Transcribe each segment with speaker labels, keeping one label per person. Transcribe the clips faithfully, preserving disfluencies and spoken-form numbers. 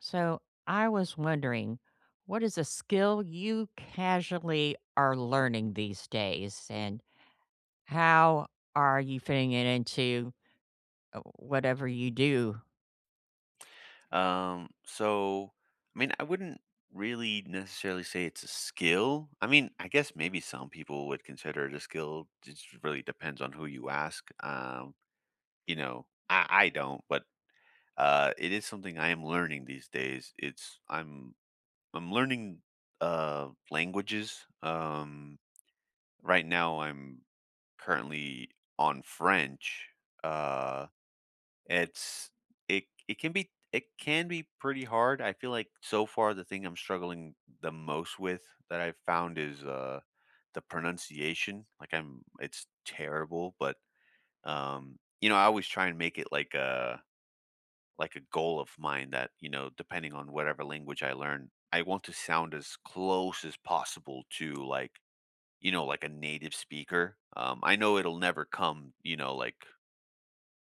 Speaker 1: So I was wondering, what is a skill you casually are learning these days, and how are you fitting it into uh, whatever you do?
Speaker 2: Um, so I mean, I wouldn't really necessarily say it's a skill. I mean, I guess maybe some people would consider it a skill. It just really depends on who you ask. Um, you know, I, I don't, but uh, it is something I am learning these days. It's I'm I'm learning uh languages. Um, right now I'm currently on French. Uh, it's it it can be it can be pretty hard. I feel like so far the thing I'm struggling the most with that I've found is uh the pronunciation. Like I'm It's terrible, but um you know, I always try and make it like a like a goal of mine that, you know, depending on whatever language I learn, I want to sound as close as possible to, like, you know, like a native speaker. Um I know it'll never come, you know, like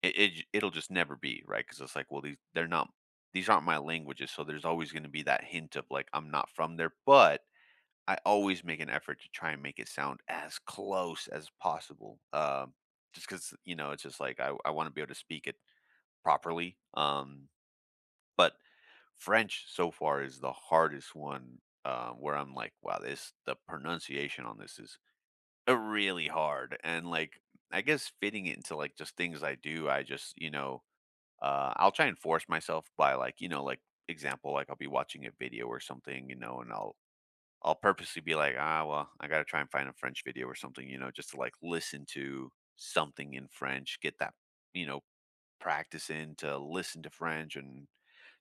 Speaker 2: it, it it'll just never be right because it's like, well, these they're not, these aren't my languages, so there's always going to be that hint of, like, I'm not from there. But I always make an effort to try and make it sound as close as possible, um just because, you know it's just like i, I want to be able to speak it properly. Um but French so far is the hardest one. Um where I'm like, wow, this, the pronunciation on this is uh, really hard. And, like, I guess fitting it into, like, just things I do, I just, you know uh, I'll try and force myself by, like, you know, like example, like, I'll be watching a video or something, you know, and I'll I'll purposely be like, ah, well, I gotta try and find a French video or something, you know, just to like listen to something in French, get that, you know, practice in to listen to French and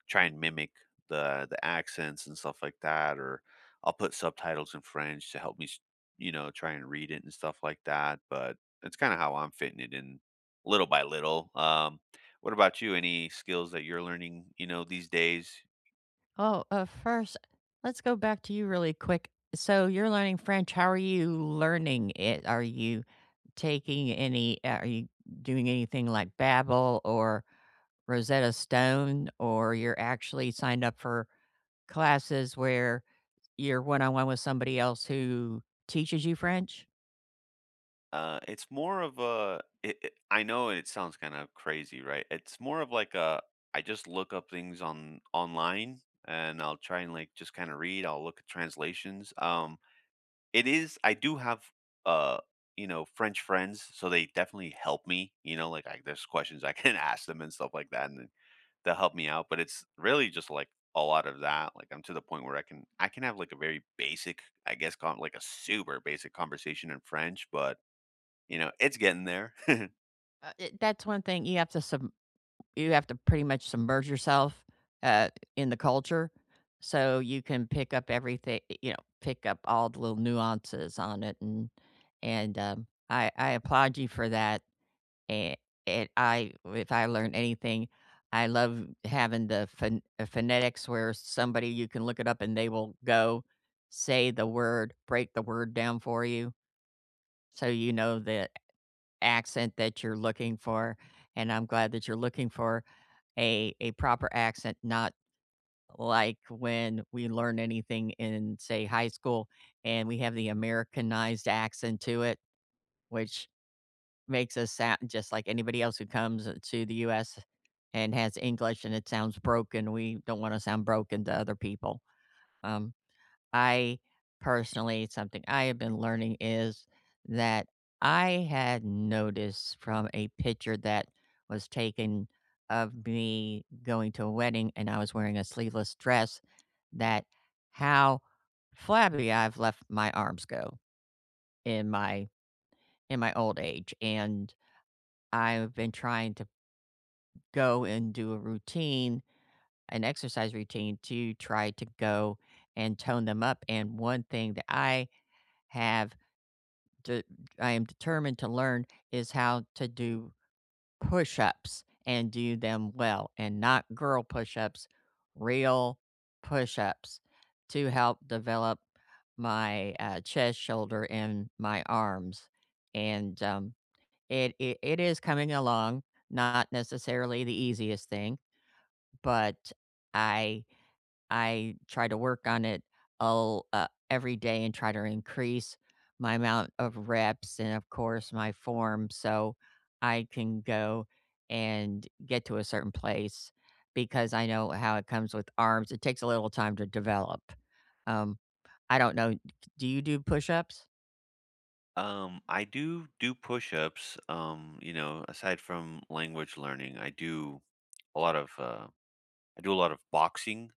Speaker 2: try and mimic the the accents and stuff like that, or I'll put subtitles in French to help me, s- you know, try and read it and stuff like that. But that's kind of how I'm fitting it in little by little. Um, what about you? Any skills that you're learning, you know, these days?
Speaker 1: Oh, uh, first, let's go back to you really quick. So you're learning French. How are you learning it? Are you taking any? uh, Are you doing anything like Babbel or Rosetta Stone, or you're actually signed up for classes where? You're one on one with somebody else who teaches you French.
Speaker 2: Uh, it's more of a. It, it, I know it sounds kind of crazy, right? It's more of like a. I just look up things on online, and I'll try and like just kind of read. I'll look at translations. Um, It is, I do have, uh, you know, French friends, so they definitely help me, you know, like, I there's questions I can ask them and stuff like that, and they'll help me out. But it's really just, like, a lot of that, like, I'm to the point where I can I can have, like, a very basic, I guess, con like, a super basic conversation in French, but, you know, it's getting there.
Speaker 1: Uh, it That's one thing you have to sub you have to pretty much submerge yourself, uh, in the culture so you can pick up everything, you know, pick up all the little nuances on it, and and, um, I I applaud you for that, and and I if I learn anything, I love having the pho phonetics where somebody you can look it up and they will go, say the word, break the word down for you. So you know the accent that you're looking for, and I'm glad that you're looking for a a proper accent, not like when we learn anything in, say, high school and we have the Americanized accent to it, which makes us sound just like anybody else who comes uh, to the U S and has English and it sounds broken. We don't want to sound broken to other people. Um, I personally, something I have been learning is that I had noticed from a picture that was taken of me going to a wedding and I was wearing a sleeveless dress, that how flabby I've left my arms go in my in my old age. And I've been trying to go and do a routine, an exercise routine to try to go and tone them up. And one thing that I have de I am determined to learn is how to do push-ups and do them well, and not girl push-ups, real push-ups to help develop my, uh, chest, shoulder, and my arms, and, um, it it it is coming along, not necessarily the easiest thing, but I I try to work on it all, uh, every day and try to increase my amount of reps and, of course, my form so I can go and get to a certain place because I know how it comes with arms. It takes a little time to develop. Um, I don't know. Do you do push ups?
Speaker 2: Um, I do do push-ups, um, you know, aside from language learning, I do a lot of, uh I do a lot of boxing.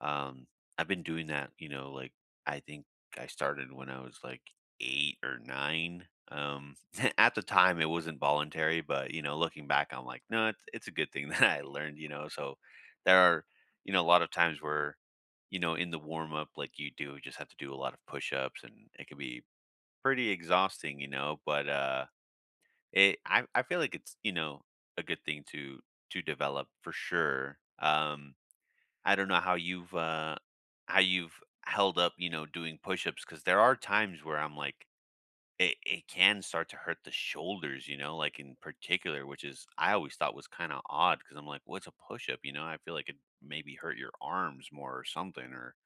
Speaker 2: Um, I've been doing that, you know, like, I think I started when I was like eight or nine. Um, at the time, it wasn't voluntary, but you know, looking back, I'm like, no, it's it's a good thing that I learned, you know. So there are, you know, a lot of times where, you know, in the warm up, like, you do just have to do a lot of push ups, and it can be pretty exhausting, you know. But uh, it I I feel like it's, you know, a good thing to to develop for sure. Um, I don't know how you've uh how you've held up, you know, doing push-ups, because there are times where I'm like it, it can start to hurt the shoulders, you know, like, in particular, which is, I always thought, was kind of odd, because I'm like, what's a push-up? You know, I feel like it maybe hurt your arms more or something, or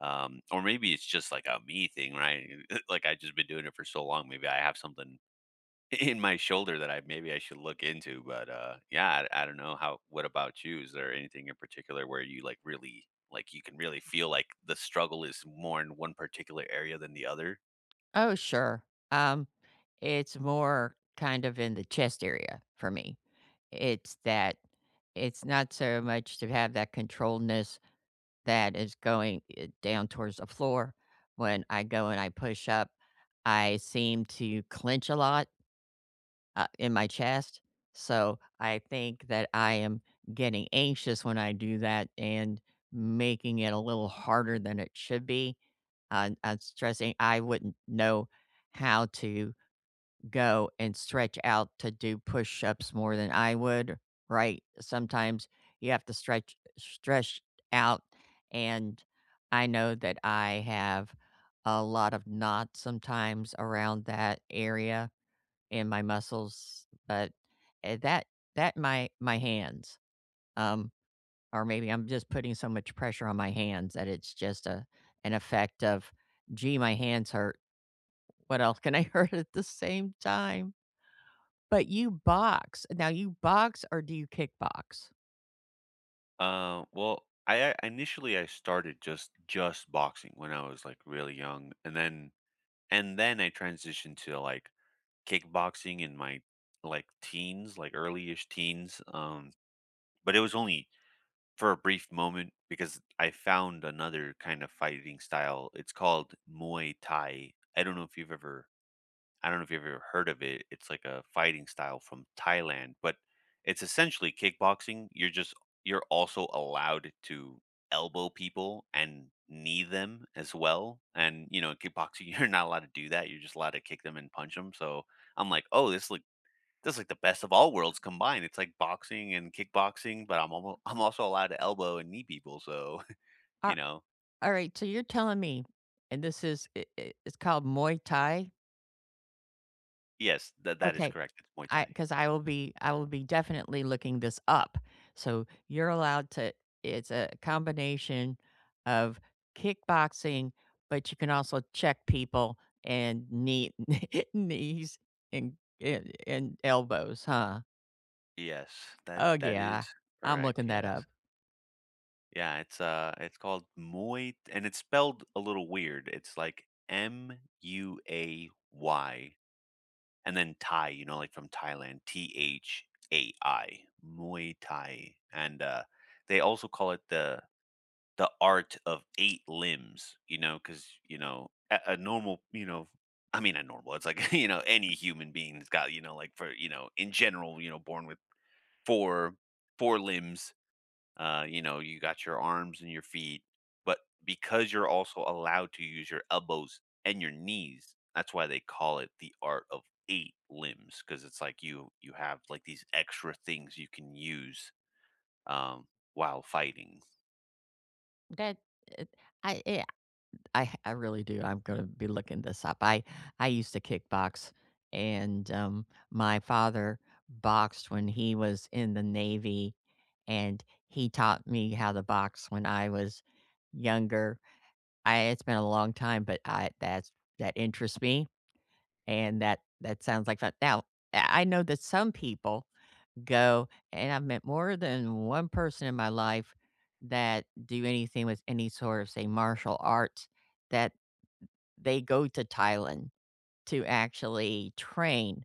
Speaker 2: um, or maybe it's just like a me thing, right? Like, I've just been doing it for so long, maybe I have something in my shoulder that I maybe I should look into. But, uh, yeah, I I don't know how. What about you? Is there anything in particular where you, like, really, like, you can really feel like the struggle is more in one particular area than the other?
Speaker 1: Oh, sure. Um, it's more kind of in the chest area for me. It's that it's not so much to have that controlledness that is going, eh, down towards the floor. When I go and I push up, I seem to clench a lot, uh, in my chest, so I think that I am getting anxious when I do that and making it a little harder than it should be. i I'm stressing, I wouldn't know how to go and stretch out to do push-ups more than I would, right? Sometimes you have to stretch stretch out, and I know that I have a lot of knots sometimes around that area in my muscles, but, eh, that that my my hands, um, or maybe I'm just putting so much pressure on my hands that it's just a an effect of, "Gee, my hands hurt. What else can I hurt at the same time?" But you box. Now you box or do you kickbox?
Speaker 2: Uh, well, I I initially, I started just just boxing when I was, like, really young, and then and then I transitioned to, like, kickboxing in my, like, teens, like, early-ish teens, um, but it was only for a brief moment because I found another kind of fighting style. It's called Muay Thai. I don't know if you've ever I don't know if you've ever heard of it. It's like a fighting style from Thailand, but it's essentially kickboxing. You're just, you're also allowed to elbow people and knee them as well. And, you know, in kickboxing, you're not allowed to do that. You're just allowed to kick them and punch them. So I'm like, oh, this looks that's like the best of all worlds combined. It's like boxing and kickboxing, but I'm almost I'm also allowed to elbow and knee people, so, you
Speaker 1: Ar
Speaker 2: know.
Speaker 1: alright, so you're telling me, and this is I I it's called Muay Thai?
Speaker 2: Yes, that that is
Speaker 1: Okay,
Speaker 2: correct. It's Muay
Speaker 1: I
Speaker 2: Thai.
Speaker 1: because I will be I will be definitely looking this up. So you're allowed to it's a combination of kickboxing, but you can also check people and knee knees and and and elbows, huh?
Speaker 2: Yes, that
Speaker 1: Oh,
Speaker 2: that is
Speaker 1: yeah. I'm
Speaker 2: correct,
Speaker 1: looking that
Speaker 2: yes.
Speaker 1: up.
Speaker 2: Yeah, it's, uh, it's called Muay and it's spelled a little weird. It's like M U A Y, and then Thai, you know, like from Thailand, T H A I, Muay Thai, and, uh, they also call it the the art of eight limbs, you know, because you know, a a normal, you know I mean, a normal, it's like, you know, any human being's got, you know, like, for you know, in general, you know, born with 4 4 limbs, uh, you know, you got your arms and your feet, but because you're also allowed to use your elbows and your knees, that's why they call it the art of eight limbs, because it's like you you have, like, these extra things you can use, um, while fighting.
Speaker 1: That, eh I I I I really do, I'm gonna be looking this up. I I used to kickbox, and, um, my father boxed when he was in the Navy, and he taught me how to box when I was younger. I it's been a long time, but I that's that interests me, and that that sounds like fun. Now, I I know that some people go and I've met more than one person in my life that do anything with any sort of, say, martial arts, that they go to Thailand to actually train.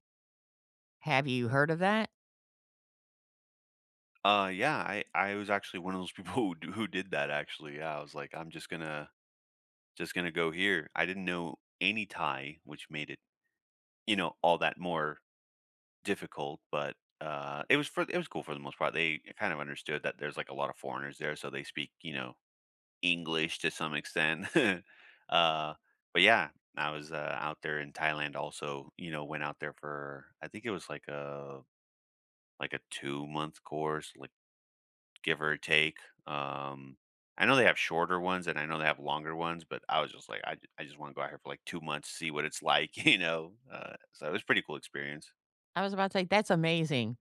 Speaker 1: Have you heard of that?
Speaker 2: Uh, yeah, I I was actually one of those people who d who did that actually. Yeah, I was like, I'm just gonna just gonna go here. I didn't know any Thai, which made it, you know, all that more difficult, but uh, it was for it was cool for the most part. They kind of understood that there's like a lot of foreigners there, so they speak, you know, English to some extent. Uh, but yeah, I was, uh, out there in Thailand also, you know, went out there for, I think it was like a like a two month course, like, give or take. Um, I know they have shorter ones and I know they have longer ones, but I was just like, I, ju- I just want to go out here for like two months, see what it's like, you know? Uh, so it was a pretty cool experience.
Speaker 1: I was about to say, that's amazing.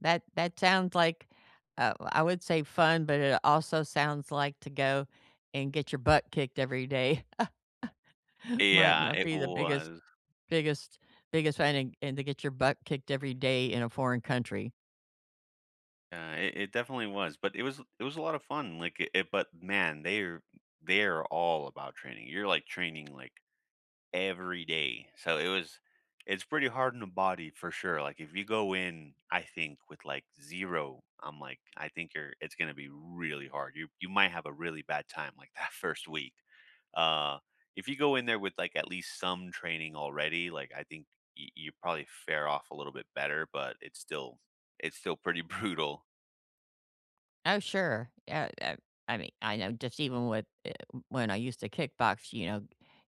Speaker 1: That that sounds like, uh, I would say fun, but it also sounds like to go and get your butt kicked every day might
Speaker 2: Yeah,
Speaker 1: not
Speaker 2: it
Speaker 1: be the biggest
Speaker 2: was.
Speaker 1: biggest biggest fan, and and to get your butt kicked every day in a foreign country.
Speaker 2: Uh, it, it definitely was, but it was it was a lot of fun. Like, it, it- but man, they're they're all about training. You're like training like every day. So it was it's pretty hard on the body for sure. Like, if you go in, I think, with like zero, I'm like, I think you're it's gonna be really hard. You you might have a really bad time like that first week. Uh if you go in there with like at least some training already, like, I think y- you probably fare off a little bit better, but it's still, it's still pretty brutal.
Speaker 1: Oh, sure. Yeah, uh, I mean, I know just even with, eh, when I used to kickbox, you know,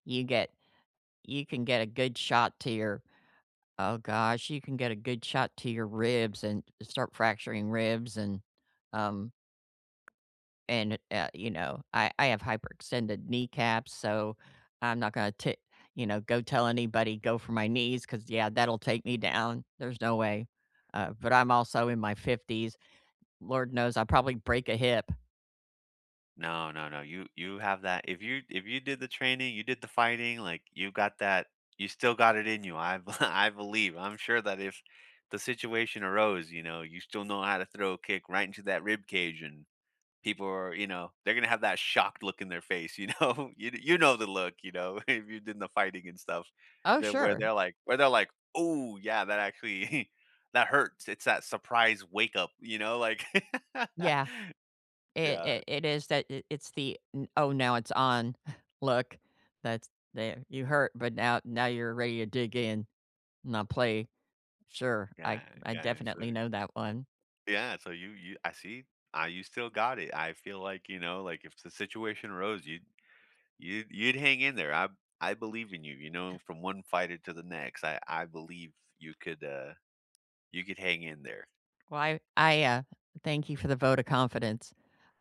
Speaker 1: you get you can get a good shot to your. Oh gosh, you can get a good shot to your ribs and start fracturing ribs and um and uh, you know, I I have hyperextended kneecaps, so I'm not going to you know, go tell anybody go for my knees cuz yeah, that'll take me down. There's no way. Uh, but I'm also in my fifties. Lord knows I'll probably break a hip.
Speaker 2: No, no, no. You you have that. If you, if you did the training, you did the fighting, like, you got that, you still got it in you. I b I believe. I'm sure that if the situation arose, you know, you still know how to throw a kick right into that rib cage, and people are, you know, they're gonna have that shocked look in their face, you know? You you know the look, you know, if you did the fighting and stuff,
Speaker 1: Oh
Speaker 2: that where
Speaker 1: sure.
Speaker 2: they're like, where they're like, oh yeah, that actually that hurts." It's that surprise wake up, you know, like
Speaker 1: Yeah. It
Speaker 2: Yeah,
Speaker 1: it, it is that. It, it's the n- oh now it's on. Look. That's there. You hurt, but now now you're ready to dig in. Not play. Sure. I
Speaker 2: yeah,
Speaker 1: I
Speaker 2: yeah, so
Speaker 1: definitely know that one.
Speaker 2: yeah, so you you, I see, uh, you still got it. I feel like, you know, like, if the situation arose, you'd, you'd you'd hang in there. I I believe in you, you know, from one fighter to the next. I I believe you could, uh you could hang in there.
Speaker 1: Well, I I, uh, thank you for the vote of confidence.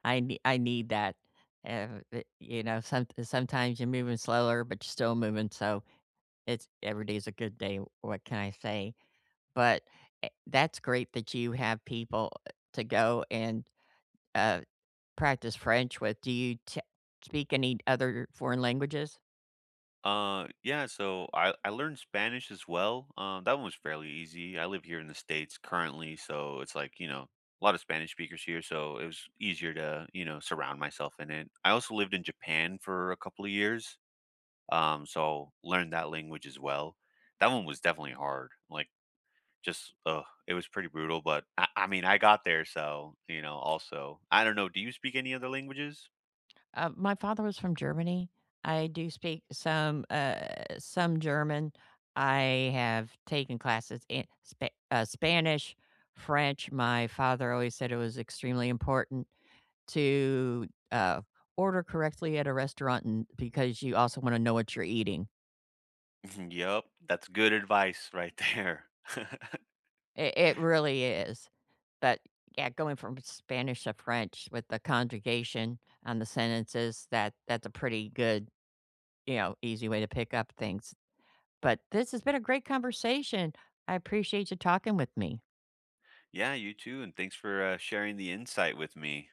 Speaker 1: I nee I need that. Uh, eh, you know, some sometimes you're moving slower, but you're still moving, so it's every day's a good day, what can I say? But, eh, that's great that you have people, uh, to go and, uh, practice French with. Do you t speak any other foreign languages?
Speaker 2: Uh yeah, so I I learned Spanish as well. Um that one was fairly easy. I live here in the States currently, so it's like, you know, a lot of Spanish speakers here, so it was easier to, you know, surround myself in it. I also lived in Japan for a couple of years. Um, so learned that language as well. That one was definitely hard. Like, just uh it was pretty brutal, but I, I mean, I got there, so you know, also. I don't know, do you speak any other languages?
Speaker 1: Uh, my father was from Germany. I do speak some uh, some German. I have taken classes in Spa- uh, Spanish, French. My father always said it was extremely important to uh, order correctly at a restaurant, and because you also want to know what you're eating.
Speaker 2: Yep, that's good advice right there.
Speaker 1: It, it really is. But yeah, going from Spanish to French with the conjugation on the sentences that that's a pretty good, you know, easy way to pick up things. But this has been a great conversation. I appreciate you talking with me.
Speaker 2: Yeah, you too, and thanks for uh, sharing the insight with me.